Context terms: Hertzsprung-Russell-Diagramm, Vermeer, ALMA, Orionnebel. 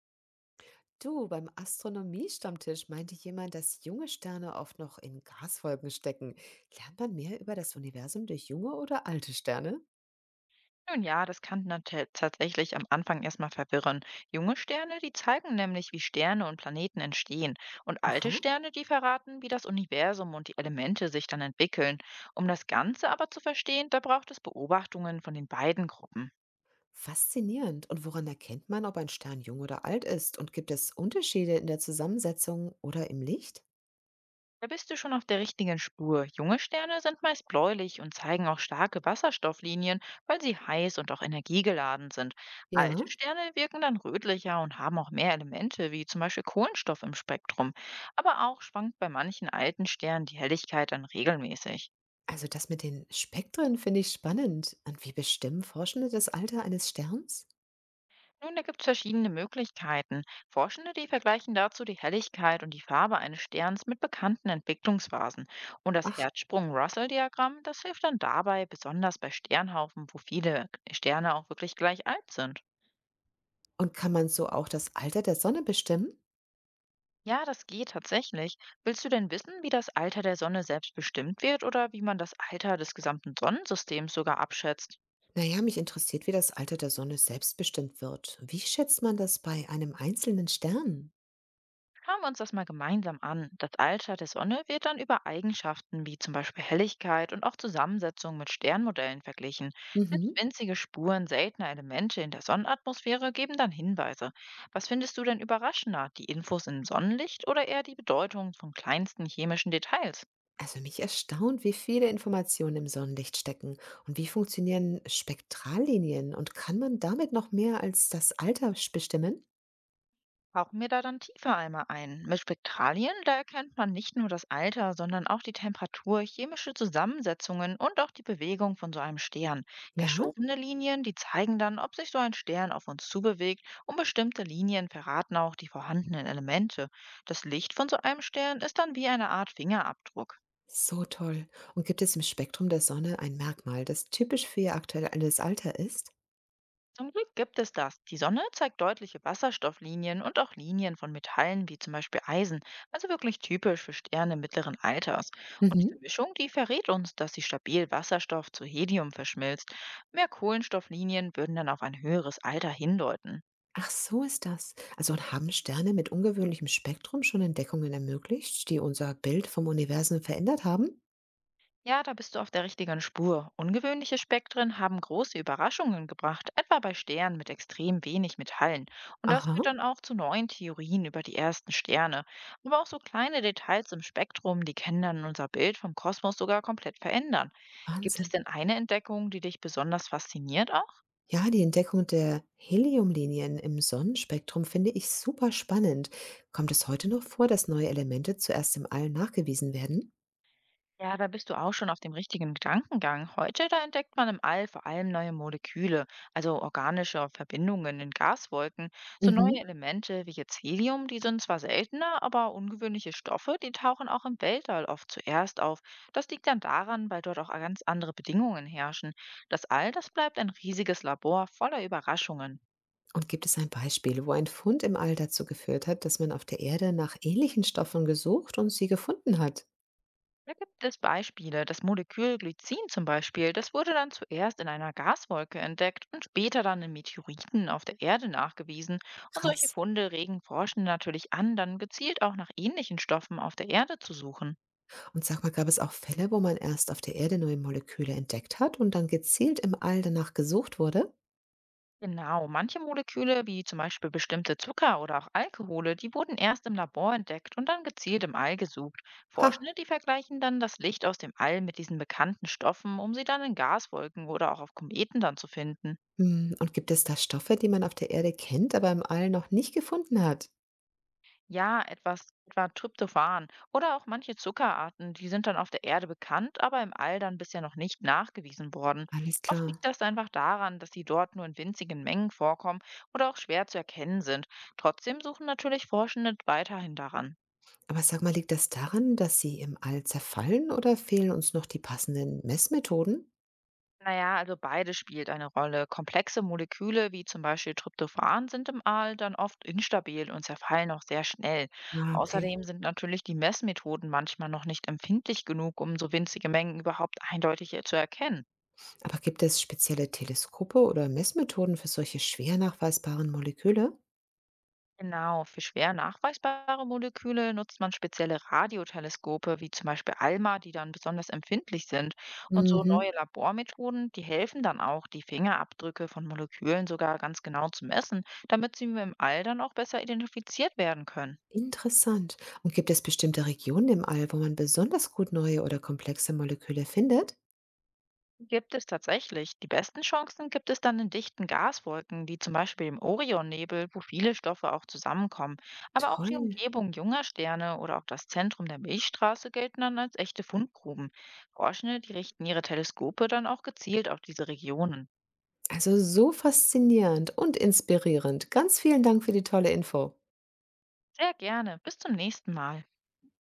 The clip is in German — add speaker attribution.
Speaker 1: Du, beim Astronomiestammtisch meinte jemand, dass junge Sterne oft noch in Gaswolken stecken. Lernt man mehr über das Universum durch junge oder alte Sterne?
Speaker 2: Nun ja, das kann tatsächlich am Anfang erstmal verwirren. Junge Sterne, die zeigen nämlich, wie Sterne und Planeten entstehen. Und alte
Speaker 1: Aha,
Speaker 2: Sterne, die verraten, wie das Universum und die Elemente sich dann entwickeln. Um das Ganze aber zu verstehen, da braucht es Beobachtungen von den beiden Gruppen.
Speaker 1: faszinierend. Und woran erkennt man, ob ein Stern jung oder alt ist? Und gibt es Unterschiede in der Zusammensetzung oder im Licht?
Speaker 2: Da bist du schon auf der richtigen Spur. Junge Sterne sind meist bläulich und zeigen auch starke Wasserstofflinien, weil sie heiß und auch energiegeladen sind.
Speaker 1: Ja,
Speaker 2: Alte Sterne wirken dann rötlicher und haben auch mehr Elemente, wie zum Beispiel Kohlenstoff im Spektrum. Aber auch schwankt bei manchen alten Sternen die Helligkeit dann regelmäßig.
Speaker 1: also das mit den Spektren finde ich spannend. Und wie bestimmen Forschende das Alter eines Sterns?
Speaker 2: Nun, da gibt es verschiedene Möglichkeiten. Forschende, die vergleichen dazu die Helligkeit und die Farbe eines Sterns mit bekannten Entwicklungsphasen. Und das
Speaker 1: Ach,
Speaker 2: Herzsprung-Russell-Diagramm, das hilft dann dabei, besonders bei Sternhaufen, wo viele Sterne auch wirklich gleich alt sind.
Speaker 1: und kann man so auch das Alter der Sonne bestimmen?
Speaker 2: Ja, das geht tatsächlich. Willst du denn wissen, wie das Alter der Sonne selbst bestimmt wird oder wie man das Alter des gesamten Sonnensystems sogar abschätzt?
Speaker 1: Naja, mich interessiert, wie das Alter der Sonne selbstbestimmt wird. Wie schätzt man das bei einem einzelnen Stern?
Speaker 2: Schauen wir uns das mal gemeinsam an. Das Alter der Sonne wird dann über Eigenschaften wie zum Beispiel Helligkeit und auch Zusammensetzung mit Sternmodellen verglichen. Selbst
Speaker 1: Mhm.
Speaker 2: winzige Spuren seltener Elemente in der Sonnenatmosphäre geben dann Hinweise. Was findest du denn überraschender, die Infos in Sonnenlicht oder eher die Bedeutung von kleinsten chemischen Details?
Speaker 1: Also mich erstaunt, wie viele Informationen im Sonnenlicht stecken, und wie funktionieren Spektrallinien und kann man damit noch mehr als das Alter bestimmen?
Speaker 2: Tauchen wir da dann tiefer einmal ein. Mit Spektralien, da erkennt man nicht nur das Alter, sondern auch die Temperatur, chemische Zusammensetzungen und auch die Bewegung von so einem Stern.
Speaker 1: Ja,
Speaker 2: Verschobene Linien, die zeigen dann, ob sich so ein Stern auf uns zubewegt, und bestimmte Linien verraten auch die vorhandenen Elemente. Das Licht von so einem Stern ist dann wie eine Art Fingerabdruck.
Speaker 1: so toll. Und gibt es im Spektrum der Sonne ein Merkmal, das typisch für ihr aktuelles Alter ist?
Speaker 2: Zum Glück gibt es das. Die Sonne zeigt deutliche Wasserstofflinien und auch Linien von Metallen wie zum Beispiel Eisen, also wirklich typisch für Sterne mittleren Alters. Und
Speaker 1: Mhm.
Speaker 2: diese Mischung, die verrät uns, dass sie stabil Wasserstoff zu Helium verschmilzt. Mehr Kohlenstofflinien würden dann auf ein höheres Alter hindeuten.
Speaker 1: Ach, so ist das. Also und haben Sterne mit ungewöhnlichem Spektrum schon Entdeckungen ermöglicht, die unser Bild vom Universum verändert haben?
Speaker 2: Ja, da bist du auf der richtigen Spur. Ungewöhnliche Spektren haben große Überraschungen gebracht, etwa bei Sternen mit extrem wenig Metallen. Und das
Speaker 1: Aha,
Speaker 2: führt dann auch zu neuen Theorien über die ersten Sterne. Aber auch so kleine Details im Spektrum, die können dann unser Bild vom Kosmos sogar komplett verändern. Gibt es
Speaker 1: Wahnsinn.
Speaker 2: denn eine Entdeckung, die dich besonders fasziniert?
Speaker 1: Ja, die Entdeckung der Heliumlinien im Sonnenspektrum finde ich super spannend. Kommt es heute noch vor, dass neue Elemente zuerst im All nachgewiesen werden?
Speaker 2: Ja, da bist du auch schon auf dem richtigen Gedankengang. Heute, da entdeckt man im All vor allem neue Moleküle, also organische Verbindungen in Gaswolken, so neue
Speaker 1: Mhm.
Speaker 2: Elemente wie jetzt Helium, die sind zwar seltener, aber ungewöhnliche Stoffe, die tauchen auch im Weltall oft zuerst auf. Das liegt dann daran, weil dort auch ganz andere Bedingungen herrschen. Das All, das bleibt ein riesiges Labor voller Überraschungen.
Speaker 1: Und gibt es ein Beispiel, wo ein Fund im All dazu geführt hat, dass man auf der Erde nach ähnlichen Stoffen gesucht und sie gefunden hat?
Speaker 2: Da gibt es Beispiele. Das Molekül Glycin zum Beispiel, das wurde dann zuerst in einer Gaswolke entdeckt und später dann in Meteoriten auf der Erde nachgewiesen. Und solche
Speaker 1: Krass.
Speaker 2: Funde regen Forschende natürlich an, dann gezielt auch nach ähnlichen Stoffen auf der Erde zu suchen.
Speaker 1: Und sag mal, gab es auch Fälle, wo man erst auf der Erde neue Moleküle entdeckt hat und dann gezielt im All danach gesucht wurde?
Speaker 2: Genau, manche Moleküle, wie zum Beispiel bestimmte Zucker oder auch Alkohole, die wurden erst im Labor entdeckt und dann gezielt im All gesucht.
Speaker 1: Ha!
Speaker 2: Forschende, die vergleichen dann das Licht aus dem All mit diesen bekannten Stoffen, um sie dann in Gaswolken oder auch auf Kometen dann zu finden.
Speaker 1: Hm, und gibt es da Stoffe, die man auf der Erde kennt, aber im All noch nicht gefunden hat?
Speaker 2: Ja, etwas etwa Tryptophan oder auch manche Zuckerarten, die sind dann auf der Erde bekannt, aber im All dann bisher noch nicht nachgewiesen worden.
Speaker 1: Alles
Speaker 2: Oft
Speaker 1: klar.
Speaker 2: liegt das einfach daran, dass sie dort nur in winzigen Mengen vorkommen oder auch schwer zu erkennen sind. Trotzdem suchen natürlich Forschende weiterhin daran.
Speaker 1: Aber sag mal, liegt das daran, dass sie im All zerfallen, oder fehlen uns noch die passenden Messmethoden?
Speaker 2: Naja, also beide spielt eine Rolle. Komplexe Moleküle wie zum Beispiel Tryptophan sind im Aal dann oft instabil und zerfallen auch sehr schnell.
Speaker 1: Ah, okay.
Speaker 2: Außerdem sind natürlich die Messmethoden manchmal noch nicht empfindlich genug, um so winzige Mengen überhaupt eindeutig zu erkennen.
Speaker 1: Aber gibt es spezielle Teleskope oder Messmethoden für solche schwer nachweisbaren Moleküle?
Speaker 2: Genau, für schwer nachweisbare Moleküle nutzt man spezielle Radioteleskope, wie zum Beispiel ALMA, die dann besonders empfindlich sind. Und so
Speaker 1: Mhm.
Speaker 2: neue Labormethoden, die helfen dann auch, die Fingerabdrücke von Molekülen sogar ganz genau zu messen, damit sie im All dann auch besser identifiziert werden können.
Speaker 1: Interessant. Und gibt es bestimmte Regionen im All, wo man besonders gut neue oder komplexe Moleküle findet?
Speaker 2: Gibt es tatsächlich. Die besten Chancen gibt es dann in dichten Gaswolken, wie zum Beispiel im Orionnebel, wo viele Stoffe auch zusammenkommen. Aber auch die
Speaker 1: Toll.
Speaker 2: Umgebung junger Sterne oder auch das Zentrum der Milchstraße gelten dann als echte Fundgruben. Forschende, die richten ihre Teleskope dann auch gezielt auf diese Regionen.
Speaker 1: Also so faszinierend und inspirierend. Ganz vielen Dank für die tolle Info.
Speaker 2: Sehr gerne. Bis zum nächsten Mal.